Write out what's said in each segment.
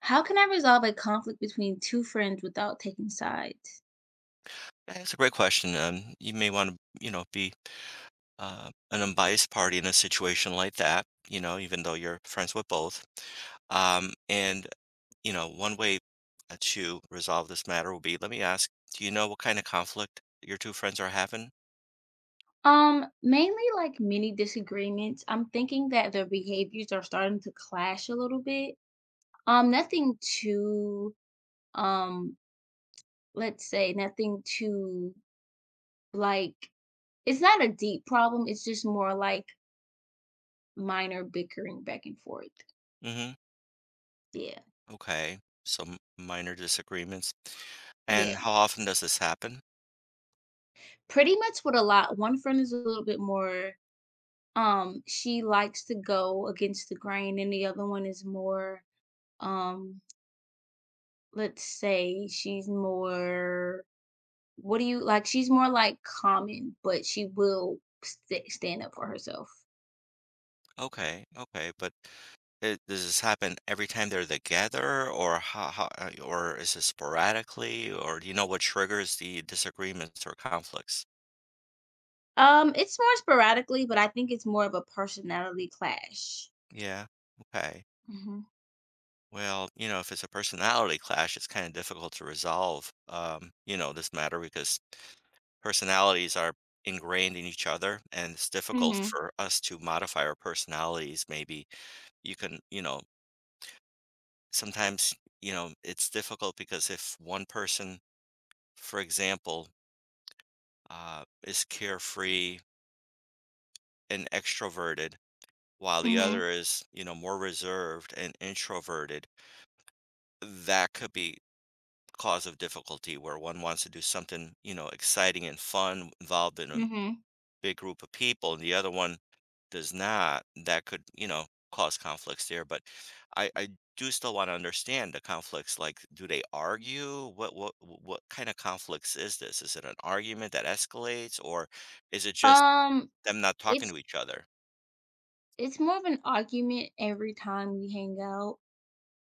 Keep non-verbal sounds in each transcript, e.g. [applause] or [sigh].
How can I resolve a conflict between two friends without taking sides? Yeah, that's a great question. You may want to, be an unbiased party in a situation like that, you know, even though you're friends with both. Um, and, one way to resolve this matter will be let me ask, do you know what kind of conflict your two friends are having? Mainly like many disagreements. I'm thinking that their behaviors are starting to clash a little bit. Nothing too, um, let's say nothing too like it's not a deep problem. It's just more like minor bickering back and forth. Mhm. Yeah. Okay. Some minor disagreements. And Yeah. how often does this happen? Pretty much with a lot. One friend is a little bit more, she likes to go against the grain, and the other one is more. Um, let's say she's more, what do you like, she's more, like, common, but she will st stand up for herself. Okay. Okay. But It does this happen every time they're together, or how or is it sporadically, or do you know what triggers the disagreements or conflicts? It's more sporadically, but I think it's more of a personality clash. Yeah. Okay. Mhm. Well, you know, if it's a personality clash, it's kind of difficult to resolve, you know, this matter because personalities are ingrained in each other, and it's difficult Mhm. for us to modify our personalities. Maybe you can, you know, sometimes, you know, it's difficult because if one person, for example, is carefree and extroverted, while the other Mhm. is, you know, more reserved and introverted, that could be cause of difficulty where one wants to do something, you know, exciting and fun, involved in a Mhm. big group of people, and the other one does not. That could, you know, cause conflicts there. But I do still want to understand the conflicts. Like, do they argue? What kind of conflicts is this? Is it an argument that escalates, or is it just Um, them not talking it's to each other? it's more of an argument every time we hang out,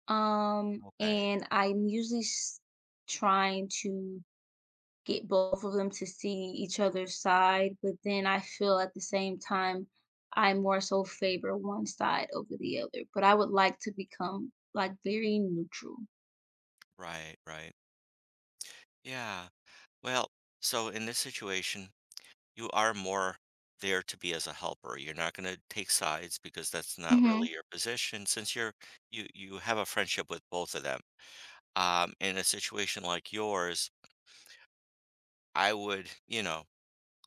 Okay. and I'm usually s trying to get both of them to see each other's side, but then I feel at the same time I more so favor one side over the other. But I would like to become like very neutral. Right, right. Yeah. Well, so in this situation, you are more there to be as a helper. You're not going to take sides because that's not really Mhm. your position since you have a friendship with both of them. In a situation like yours, I would, you know,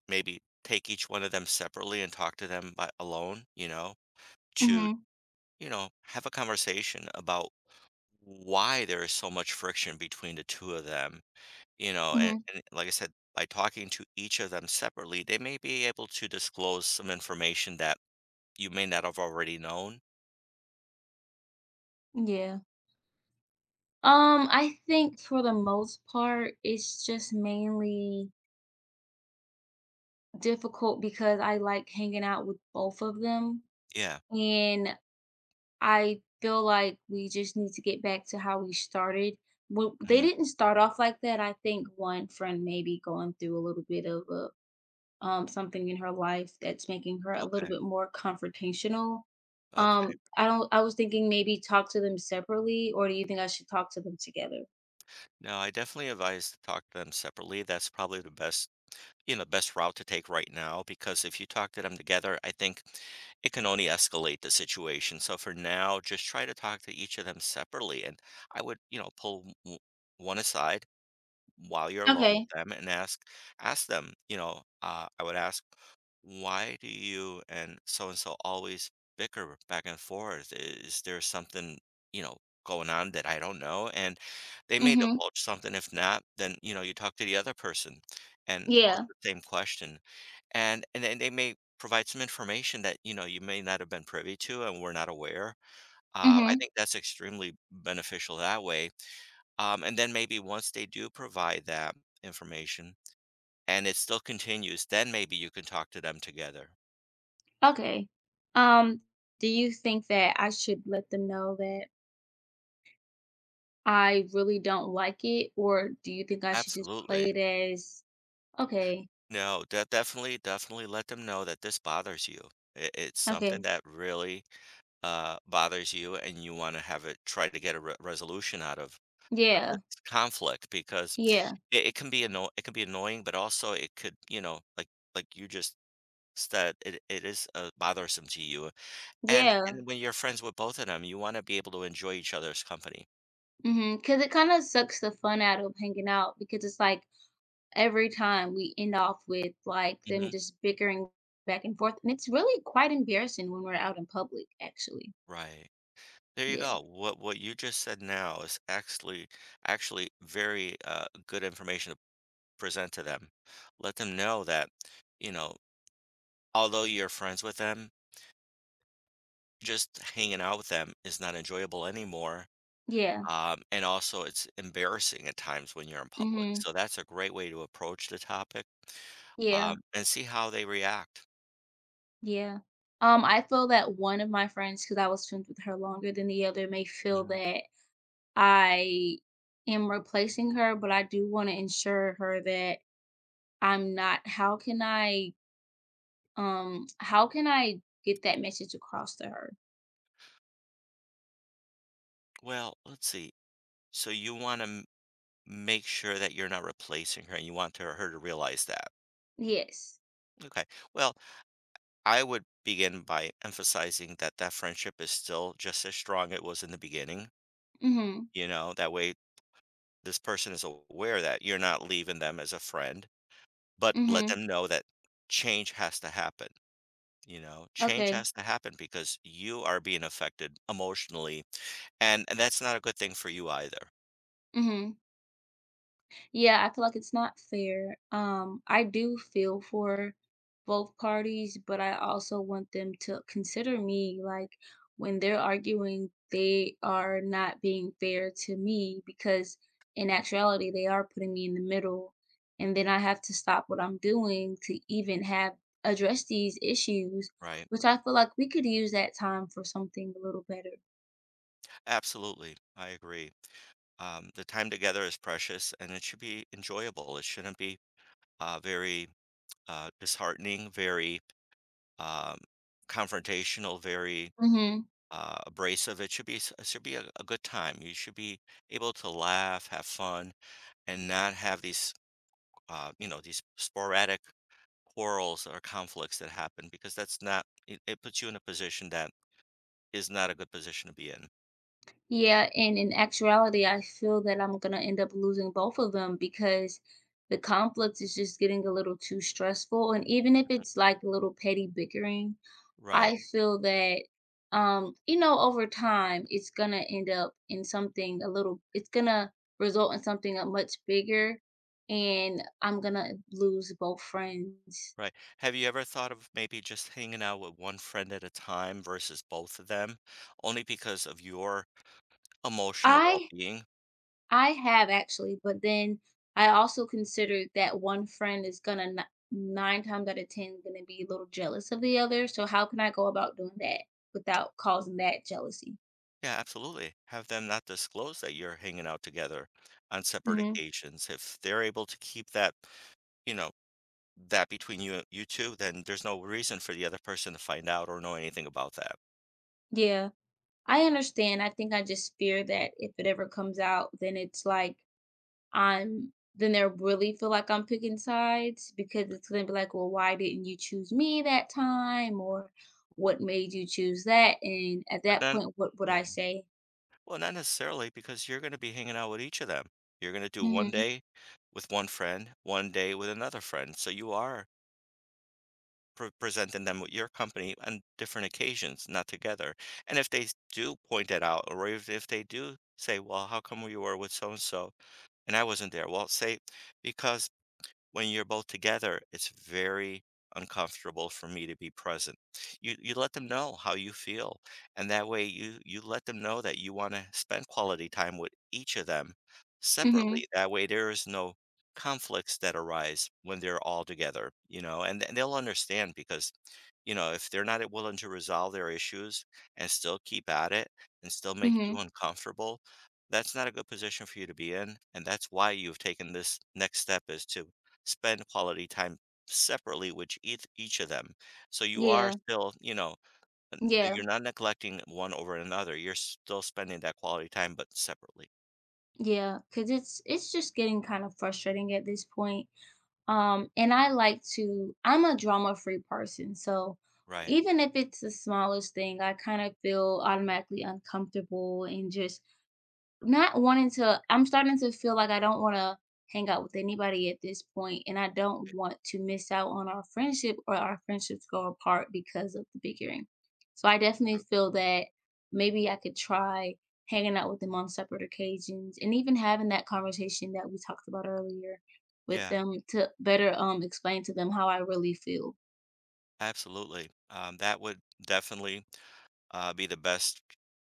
maybe take each one of them separately and talk to them by alone, you know, to, Mhm. you know, have a conversation about why there is so much friction between the two of them. You know, and Mhm. Like I said, by talking to each of them separately, they may be able to disclose some information that you may not have already known. Yeah. I think for the most part, it's just mainly difficult because I like hanging out with both of them. Yeah. And I feel like we just need to get back to how we started. Well, they Mhm. didn't start off like that. I think one friend maybe going through a little bit of something in her life that's making her a little Okay. bit more confrontational. Okay. I don't. I was thinking maybe talk to them separately, or do you think I should talk to them together? No, I definitely advise to talk to them separately. That's probably the best, you know, best route to take right now because if you talk to them together, I think it can only escalate the situation. So for now, just try to talk to each of them separately. And I would, you know, pull one aside while you're alone with Okay. them and ask them, you know, I would ask why do you and so always bicker back and forth? Is there something, you know, going on that I don't know? And they may Mhm. divulge something. If not, then, you know, you talk to the other person and pose Yeah. the same question. And then they may provide some information that, you know, you may not have been privy to and were not aware. I Mhm. think that's extremely beneficial that way. And then maybe once they do provide that information and it still continues, then maybe you can talk to them together. Okay. Um, do you think that I should let them know that I really don't like it, or do you think I should just play Absolutely. it as. Okay, No, de definitely, definitely let them know that this bothers you. It's something okay. that really, bothers you, and you wanna have it try to get a re resolution out of Yeah, this conflict because yeah, it can be anno it can be annoying, but also it could, you know, like you just said, it is, bothersome to you, and yeah. When you're friends with both of them, you wanna be able to enjoy each other's company. Mm-hmm. Because it kinda sucks the fun out of hanging out because it's like every time we end off with, like, them Mhm. just bickering back and forth, and it's really quite embarrassing when we're out in public, actually. Right. There you Yeah, go. What you just said now is actually very good information to present to them. Let them know that, you know, although you're friends with them, just hanging out with them is not enjoyable anymore. yeah, And also, it's embarrassing at times when you're in public. mhm, So that's a great way to approach the topic yeah, and see how they react. yeah. I feel that one of my friends, because I was friends with her longer than the other, may feel Mhm. that I am replacing her, but I do wanna ensure her that I'm not. How can I get that message across to her? Well, let's see. So you want to make sure that you're not replacing her, and you want to, her to realize that. Yes. Okay. Well, I would begin by emphasizing that that friendship is still just as strong it was in the beginning. Mhm. You know, that way this person is aware that you're not leaving them as a friend, but let Mhm. them know that change has to happen. You know, change Okay. has to happen because you are being affected emotionally, and that's not a good thing for you either. Mhm. Yeah, I feel like it's not fair. I do feel for both parties, but I also want them to consider me. Like, when they're arguing, they are not being fair to me because in actuality, they are putting me in the middle. And then I have to stop what I'm doing to even have address these issues, Right. which I feel like we could use that time for something a little better. Absolutely. I agree. The time together is precious and it should be enjoyable. It shouldn't be very disheartening, very um, confrontational, very Hmm. Abrasive. It should be it should be a good time. You should be able to laugh, have fun, and not have these you know these sporadic quarrels or conflicts that happen because that's not it, it puts you in a position that is not a good position to be in. Yeah, and in actuality, I feel that I'm gonna end up losing both of them because the conflict is just getting a little too stressful. And even if it's like a little petty bickering, Right, I feel that over time it's gonna end up in something a little it's gonna result in something a much bigger, and I'm gonna lose both friends. right. Have you ever thought of maybe just hanging out with one friend at a time versus both of them, only because of your emotional I well-being? I have actually, but then I also considered that one friend is gonna n nine times out of 10 gonna be a little jealous of the other, so how can I go about doing that without causing that jealousy? Yeah, absolutely. Have them not disclose that you're hanging out together on separate Mhm. occasions. If they're able to keep that, you know, that between you two, then there's no reason for the other person to find out or know anything about that. Yeah, I understand. I think I just fear that if it ever comes out, then it's like I'm then they'll really feel like I'm picking sides because it's gonna be like, well, why didn't you choose me that time? Or what made you choose that? And at But that then, point, what would yeah, I say? well, not necessarily because you're going to be hanging out with each of them. You're going to do one Mhm. day with one friend, one day with another friend. So you are presenting them with your company on different occasions, not together. And if they do point it out, or if they do say, well, how come you were with so and so and I wasn't there? Well, say, because when you're both together, it's very uncomfortable for me to be present. You let them know how you feel, and that way you let them know that you want to spend quality time with each of them Mhm. separately. That way there is no conflicts that arise when they're all together, you know, and, they'll understand because you know, if they're not willing to resolve their issues and still keep at it and still make you Mhm. uncomfortable, that's not a good position for you to be in, and that's why you've taken this next step is to spend quality time separately with each of them. So you are Yeah. still, you know, Yeah. you're not neglecting one over another. You're still spending that quality time, but separately. Yeah. Cause it's just getting kind of frustrating at this point. And I like to I'm a drama-free person, so Right. even if it's the smallest thing, I kind of feel automatically uncomfortable and just Not wanting to I'm starting to feel like I don't wanna hang out with anybody at this point, and I don't Okay, want to miss out on our friendship or our friendships go apart because of the bickering. So I definitely true. feel that maybe I could try hanging out with them on separate occasions and even having that conversation that we talked about earlier with Yeah, them to better, explain to them how I really feel. absolutely. That would definitely be the best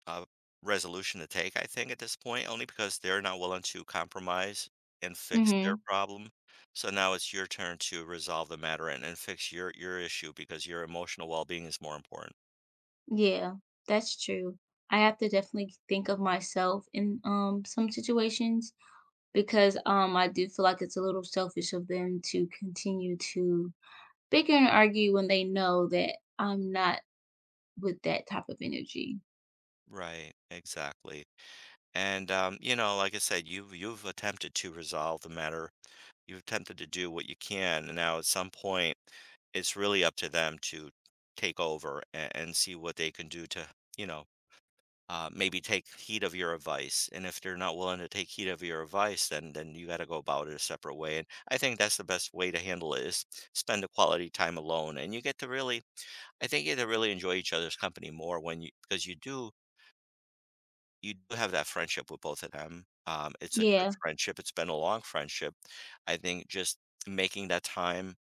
uh, resolution to take, I think, at this point, only because they're not willing to compromise and fix their Mhm. problem. So now it's your turn to resolve the matter and, fix your issue because your emotional well-being is more important. Yeah, that's true. I have to definitely think of myself in, some situations because, I do feel like it's a little selfish of them to continue to bicker and argue when they know that I'm not with that type of energy. Right, exactly. And you know, like I said, you've attempted to resolve the matter. You've attempted to do what you can. And now at some point, it's really up to them to take over and, see what they can do to, you know, maybe take heed of your advice. And if they're not willing to take heed of your advice, then you got to go about it a separate way. And I think that's the best way to handle it is spend a quality time alone, and you get to really, I think you get to really enjoy each other's company more when you because you do have that friendship with both of them. It's a good Yeah. friendship. It's been a long friendship. I think just making that time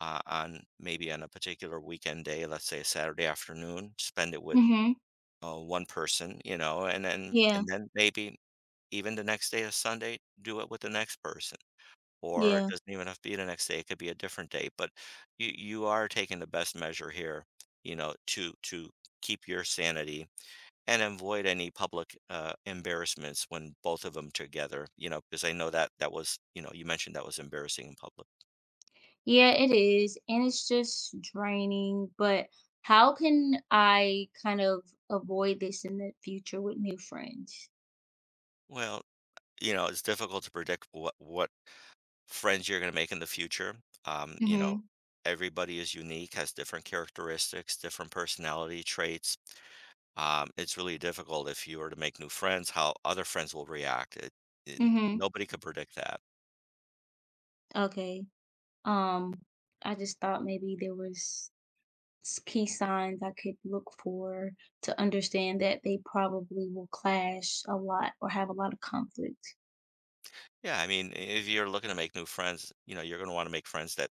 on maybe on a particular weekend day, let's say a Saturday afternoon, spend it with Mhm. One person, you know, and then Yeah. and then maybe even the next day, a Sunday, do it with the next person. Or it Yeah. doesn't even have to be the next day; it could be a different day. But you are taking the best measure here, you know, to keep your sanity and avoid any public embarrassments when both of them together, you know, because I know that that was, you know, you mentioned that was embarrassing in public. Yeah, it is, and it's just draining, but how can I kind of avoid this in the future with new friends? Well, you know, it's difficult to predict what friends you're going to make in the future. You know, Mhm. everybody is unique, has different characteristics, different personality traits. It's really difficult if you were to make new friends, how other friends will react. It, Mhm. nobody could predict that. Okay. Um, I just thought maybe there was key signs I could look for to understand that they probably will clash a lot or have a lot of conflict. Yeah, I mean, if you're looking to make new friends, you know, you're going to want to make friends that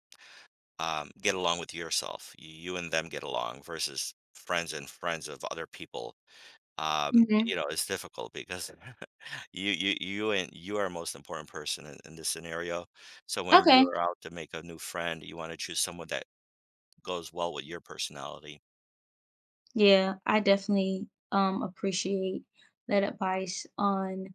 get along with yourself. You and them get along versus friends and friends of other people. You Hmm. know, it's difficult because [laughs] you are most important person in this scenario. So when you Okay. are out to make a new friend, you want to choose someone that goes well with your personality. Yeah, I definitely appreciate that advice on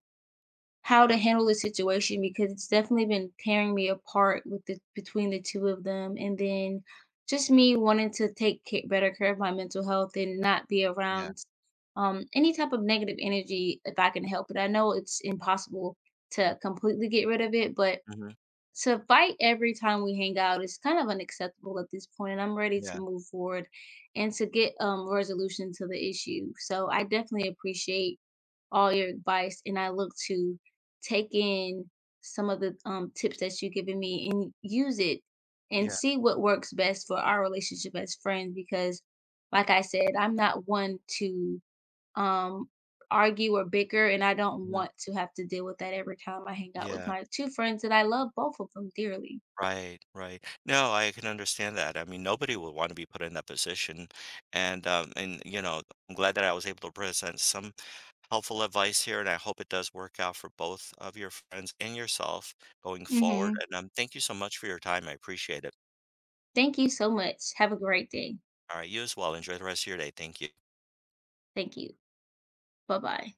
how to handle the situation because it's definitely been tearing me apart with the between the two of them, and then just me wanting to take better care of my mental health and not be Yeah. around any type of negative energy if I can help it. I know it's impossible to completely get rid of it, but hmm to fight every time we hang out is kind of unacceptable at this point, and I'm ready to Yeah. move forward and to get resolution to the issue. So I definitely appreciate all your advice, and I look to take in some of the tips that you've given me and use it and Yeah. see what works best for our relationship as friends because, like I said, I'm not one to um argue or bicker, and I don't want hmm to have to deal with that every time I hang out with Yeah. my two friends that I love both of them dearly. Right. Right. No, I can understand that. I mean, nobody would want to be put in that position, and you know, I'm glad that I was able to present some helpful advice here, and I hope it does work out for both of your friends and yourself going forward. Mhm. And thank you so much for your time. I appreciate it. Thank you so much. Have a great day. All right, you as well. Enjoy the rest of your day. Thank you. Thank you. Bye-bye.